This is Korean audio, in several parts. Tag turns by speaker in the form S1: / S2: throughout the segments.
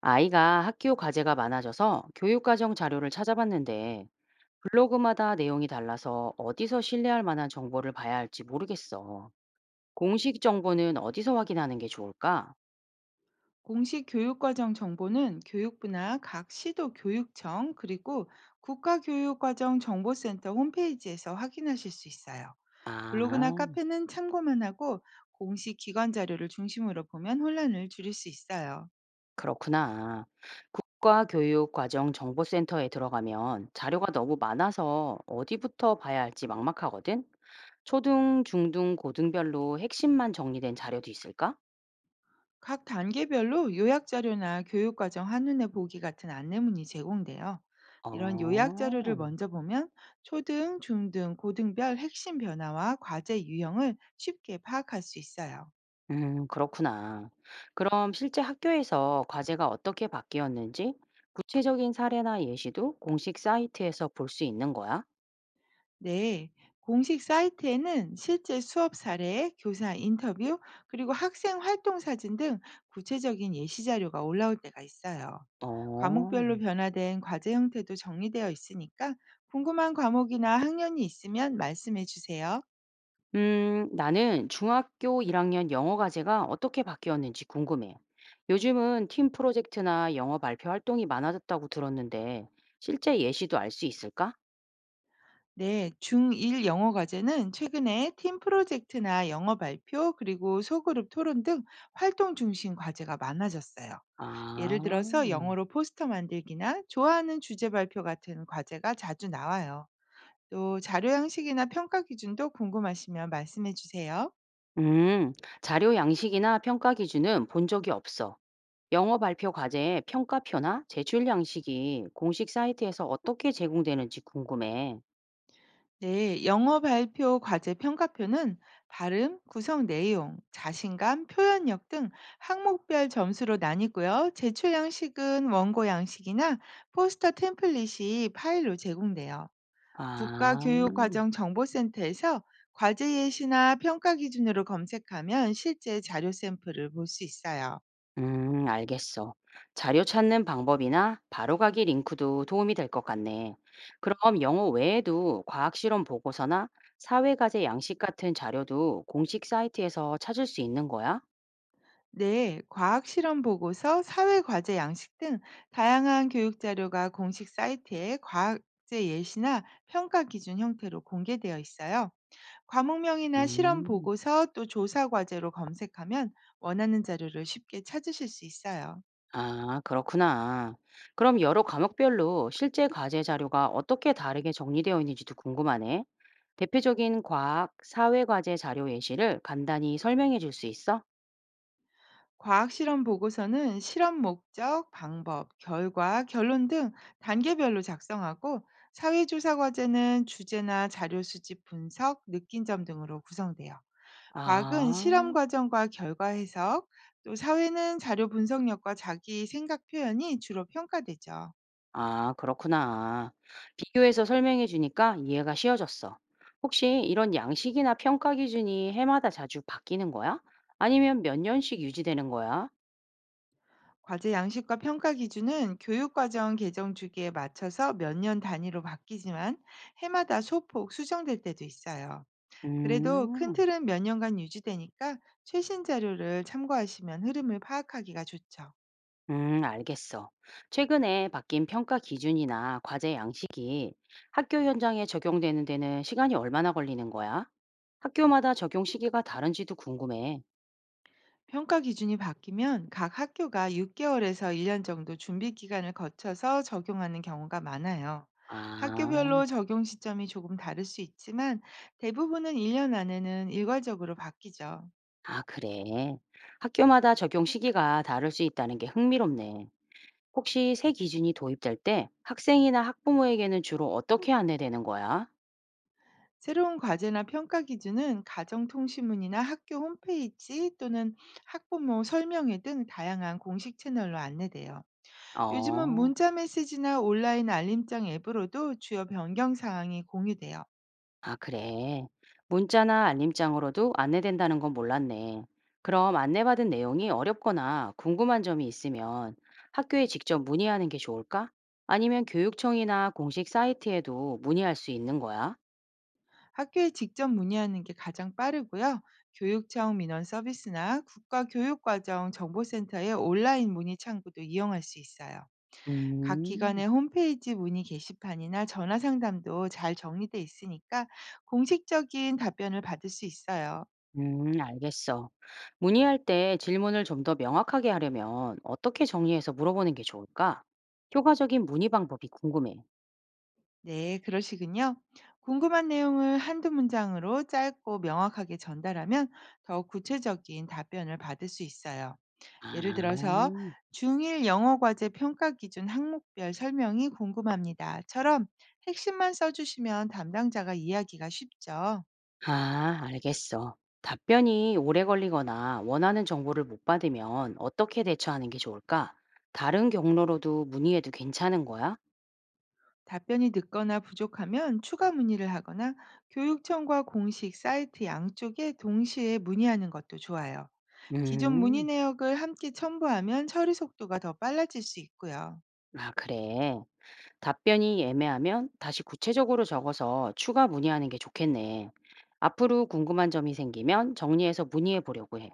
S1: 아이가 학교 과제가 많아져서 교육과정 자료를 찾아봤는데 블로그마다 내용이 달라서 어디서 신뢰할 만한 정보를 봐야 할지 모르겠어. 공식 정보는 어디서 확인하는 게 좋을까?
S2: 공식 교육과정 정보는 교육부나 각 시도 교육청, 그리고 국가교육과정정보센터 홈페이지에서 확인하실 수 있어요. 블로그나
S1: 아,
S2: 카페는 참고만 하고, 공식 기관 자료를 중심으로 보면 혼란을 줄일 수 있어요.
S1: 그렇구나. 국가교육과정정보센터에 들어가면 자료가 너무 많아서 어디부터 봐야 할지 막막하거든? 초등, 중등, 고등별로 핵심만 정리된 자료도 있을까?
S2: 각 단계별로 요약 자료나 교육과정 한눈에 보기 같은 안내문이 제공돼요. 이런 요약 자료를
S1: 어.
S2: 먼저 보면 초등, 중등, 고등별 핵심 변화와 과제 유형을 쉽게 파악할 수 있어요.
S1: 그렇구나. 그럼 실제 학교에서 과제가 어떻게 바뀌었는지 구체적인 사례나 예시도 공식 사이트에서 볼 수 있는 거야?
S2: 네, 공식 사이트에는 실제 수업 사례, 교사 인터뷰, 그리고 학생 활동 사진 등 구체적인 예시 자료가 올라올 때가 있어요.
S1: 어.
S2: 과목별로 변화된 과제 형태도 정리되어 있으니까, 궁금한 과목이나 학년이 있으면 말씀해 주세요.
S1: 나는 중학교 1학년 영어 과제가 어떻게 바뀌었는지 궁금해. 요즘은 팀 프로젝트나 영어 발표 활동이 많아졌다고 들었는데 실제 예시도 알 수 있을까?
S2: 네, 중1 영어 과제는 최근에 팀 프로젝트나 영어 발표, 그리고 소그룹 토론 등 활동 중심 과제가 많아졌어요. 예를
S1: 아.
S2: 들어서 영어로 포스터 만들기나 좋아하는 주제 발표 같은 과제가 자주 나와요. 또 자료 양식이나 평가 기준도 궁금하시면 말씀해 주세요.
S1: 음, 자료 양식이나 평가 기준은 본 적이 없어. 영어 발표 과제의 평가표나 제출 양식이 공식 사이트에서 어떻게 제공되는지 궁금해.
S2: 네, 영어 발표 과제 평가표는 발음, 구성 내용, 자신감, 표현력 등 항목별 점수로 나뉘고요. 제출 양식은 원고 양식이나 포스터 템플릿이 파일로 제공돼요.
S1: 아,
S2: 국가교육과정정보센터에서 과제 예시나 평가 기준으로 검색하면 실제 자료 샘플을 볼 수 있어요.
S1: 알겠어. 자료 찾는 방법이나 바로가기 링크도 도움이 될 것 같네. 그럼 영어 외에도 과학실험 보고서나 사회과제 양식 같은 자료도 공식 사이트에서 찾을 수 있는 거야?
S2: 네, 과학 실험 보고서, 사회 과제 양식 등 다양한 교육 자료가 공식 사이트에 과제 예시나 평가 기준 형태로 공개되어 있어요. 과목명이나 실험
S1: 음.
S2: 보고서, 또 조사 과제로 검색하면 원하는 자료를 쉽게 찾으실 수 있어요.
S1: 아, 그렇구나. 그럼 여러 과목별로 실제 과제 자료가 어떻게 다르게 정리되어 있는지도 궁금하네. 대표적인 과학, 사회 과제 자료 예시를 간단히 설명해 줄 수 있어?
S2: 과학 실험 보고서는 실험 목적, 방법, 결과, 결론 등 단계별로 작성하고, 사회조사 과제는 주제나 자료 수집 분석, 느낀 점 등으로 구성돼요. 과학은 실험
S1: 아,
S2: 과정과 결과 해석, 또 사회는 자료 분석력과 자기 생각 표현이 주로 평가되죠.
S1: 아, 그렇구나. 비교해서 설명해 주니까 이해가 쉬워졌어. 혹시 이런 양식이나 평가 기준이 해마다 자주 바뀌는 거야? 아니면 몇 년씩 유지되는 거야?
S2: 과제 양식과 평가 기준은 교육과정 개정 주기에 맞춰서 몇 년 단위로 바뀌지만, 해마다 소폭 수정될 때도 있어요. 그래도 큰
S1: 음.
S2: 틀은 몇 년간 유지되니까 최신 자료를 참고하시면 흐름을 파악하기가 좋죠.
S1: 알겠어. 최근에 바뀐 평가 기준이나 과제 양식이 학교 현장에 적용되는 데는 시간이 얼마나 걸리는 거야? 학교마다 적용 시기가 다른지도 궁금해.
S2: 평가 기준이 바뀌면 각 학교가 6개월에서 1년 정도 준비 기간을 거쳐서 적용하는 경우가 많아요.
S1: 아,
S2: 학교별로 적용 시점이 조금 다를 수 있지만, 대부분은 1년 안에는 일괄적으로 바뀌죠.
S1: 아, 그래. 학교마다 적용 시기가 다를 수 있다는 게 흥미롭네. 혹시 새 기준이 도입될 때 학생이나 학부모에게는 주로 어떻게 안내되는 거야?
S2: 새로운 과제나 평가 기준은 가정통신문이나 학교 홈페이지, 또는 학부모 설명회 등 다양한 공식 채널로 안내돼요. 요즘은
S1: 어.
S2: 문자 메시지나 온라인 알림장 앱으로도 주요 변경 사항이 공유돼요.
S1: 아, 그래. 문자나 알림장으로도 안내된다는 건 몰랐네. 그럼 안내받은 내용이 어렵거나 궁금한 점이 있으면 학교에 직접 문의하는 게 좋을까? 아니면 교육청이나 공식 사이트에도 문의할 수 있는 거야?
S2: 학교에 직접 문의하는 게 가장 빠르고요. 교육청 민원 서비스나 국가교육과정 정보센터의 온라인 문의 창구도 이용할 수 있어요. 각
S1: 음,
S2: 기관의 홈페이지 문의 게시판이나 전화 상담도 잘 정리돼 있으니까 공식적인 답변을 받을 수 있어요.
S1: 알겠어. 문의할 때 질문을 좀 더 명확하게 하려면 어떻게 정리해서 물어보는 게 좋을까? 효과적인 문의 방법이 궁금해.
S2: 네, 그러시군요. 궁금한 내용을 한두 문장으로 짧고 명확하게 전달하면 더 구체적인 답변을 받을 수 있어요. 예를 들어서
S1: 아.
S2: 중1 영어 과제 평가 기준 항목별 설명이 궁금합니다.처럼 핵심만 써주시면 담당자가 이해하기가 쉽죠.
S1: 아, 알겠어. 답변이 오래 걸리거나 원하는 정보를 못 받으면 어떻게 대처하는 게 좋을까? 다른 경로로도 문의해도 괜찮은 거야?
S2: 답변이 늦거나 부족하면 추가 문의를 하거나 교육청과 공식 사이트 양쪽에 동시에 문의하는 것도 좋아요. 기존 문의
S1: 음,
S2: 내역을 함께 첨부하면 처리 속도가 더 빨라질 수 있고요.
S1: 아, 그래. 답변이 애매하면 다시 구체적으로 적어서 추가 문의하는 게 좋겠네. 앞으로 궁금한 점이 생기면 정리해서 문의해 보려고 해.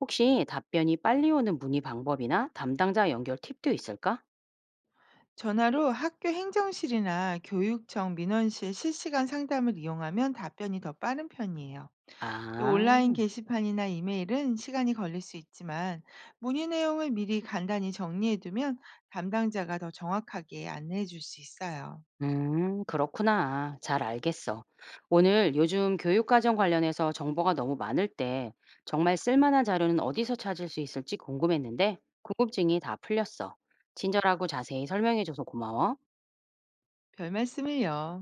S1: 혹시 답변이 빨리 오는 문의 방법이나 담당자 연결 팁도 있을까?
S2: 전화로 학교 행정실이나 교육청 민원실 실시간 상담을 이용하면 답변이 더 빠른 편이에요. 또
S1: 아.
S2: 온라인 게시판이나 이메일은 시간이 걸릴 수 있지만, 문의 내용을 미리 간단히 정리해두면 담당자가 더 정확하게 안내해 줄 수 있어요.
S1: 그렇구나. 잘 알겠어. 오늘 요즘 교육과정 관련해서 정보가 너무 많을 때 정말 쓸만한 자료는 어디서 찾을 수 있을지 궁금했는데 궁금증이 다 풀렸어. 친절하고 자세히 설명해줘서 고마워.
S2: 별말씀을요.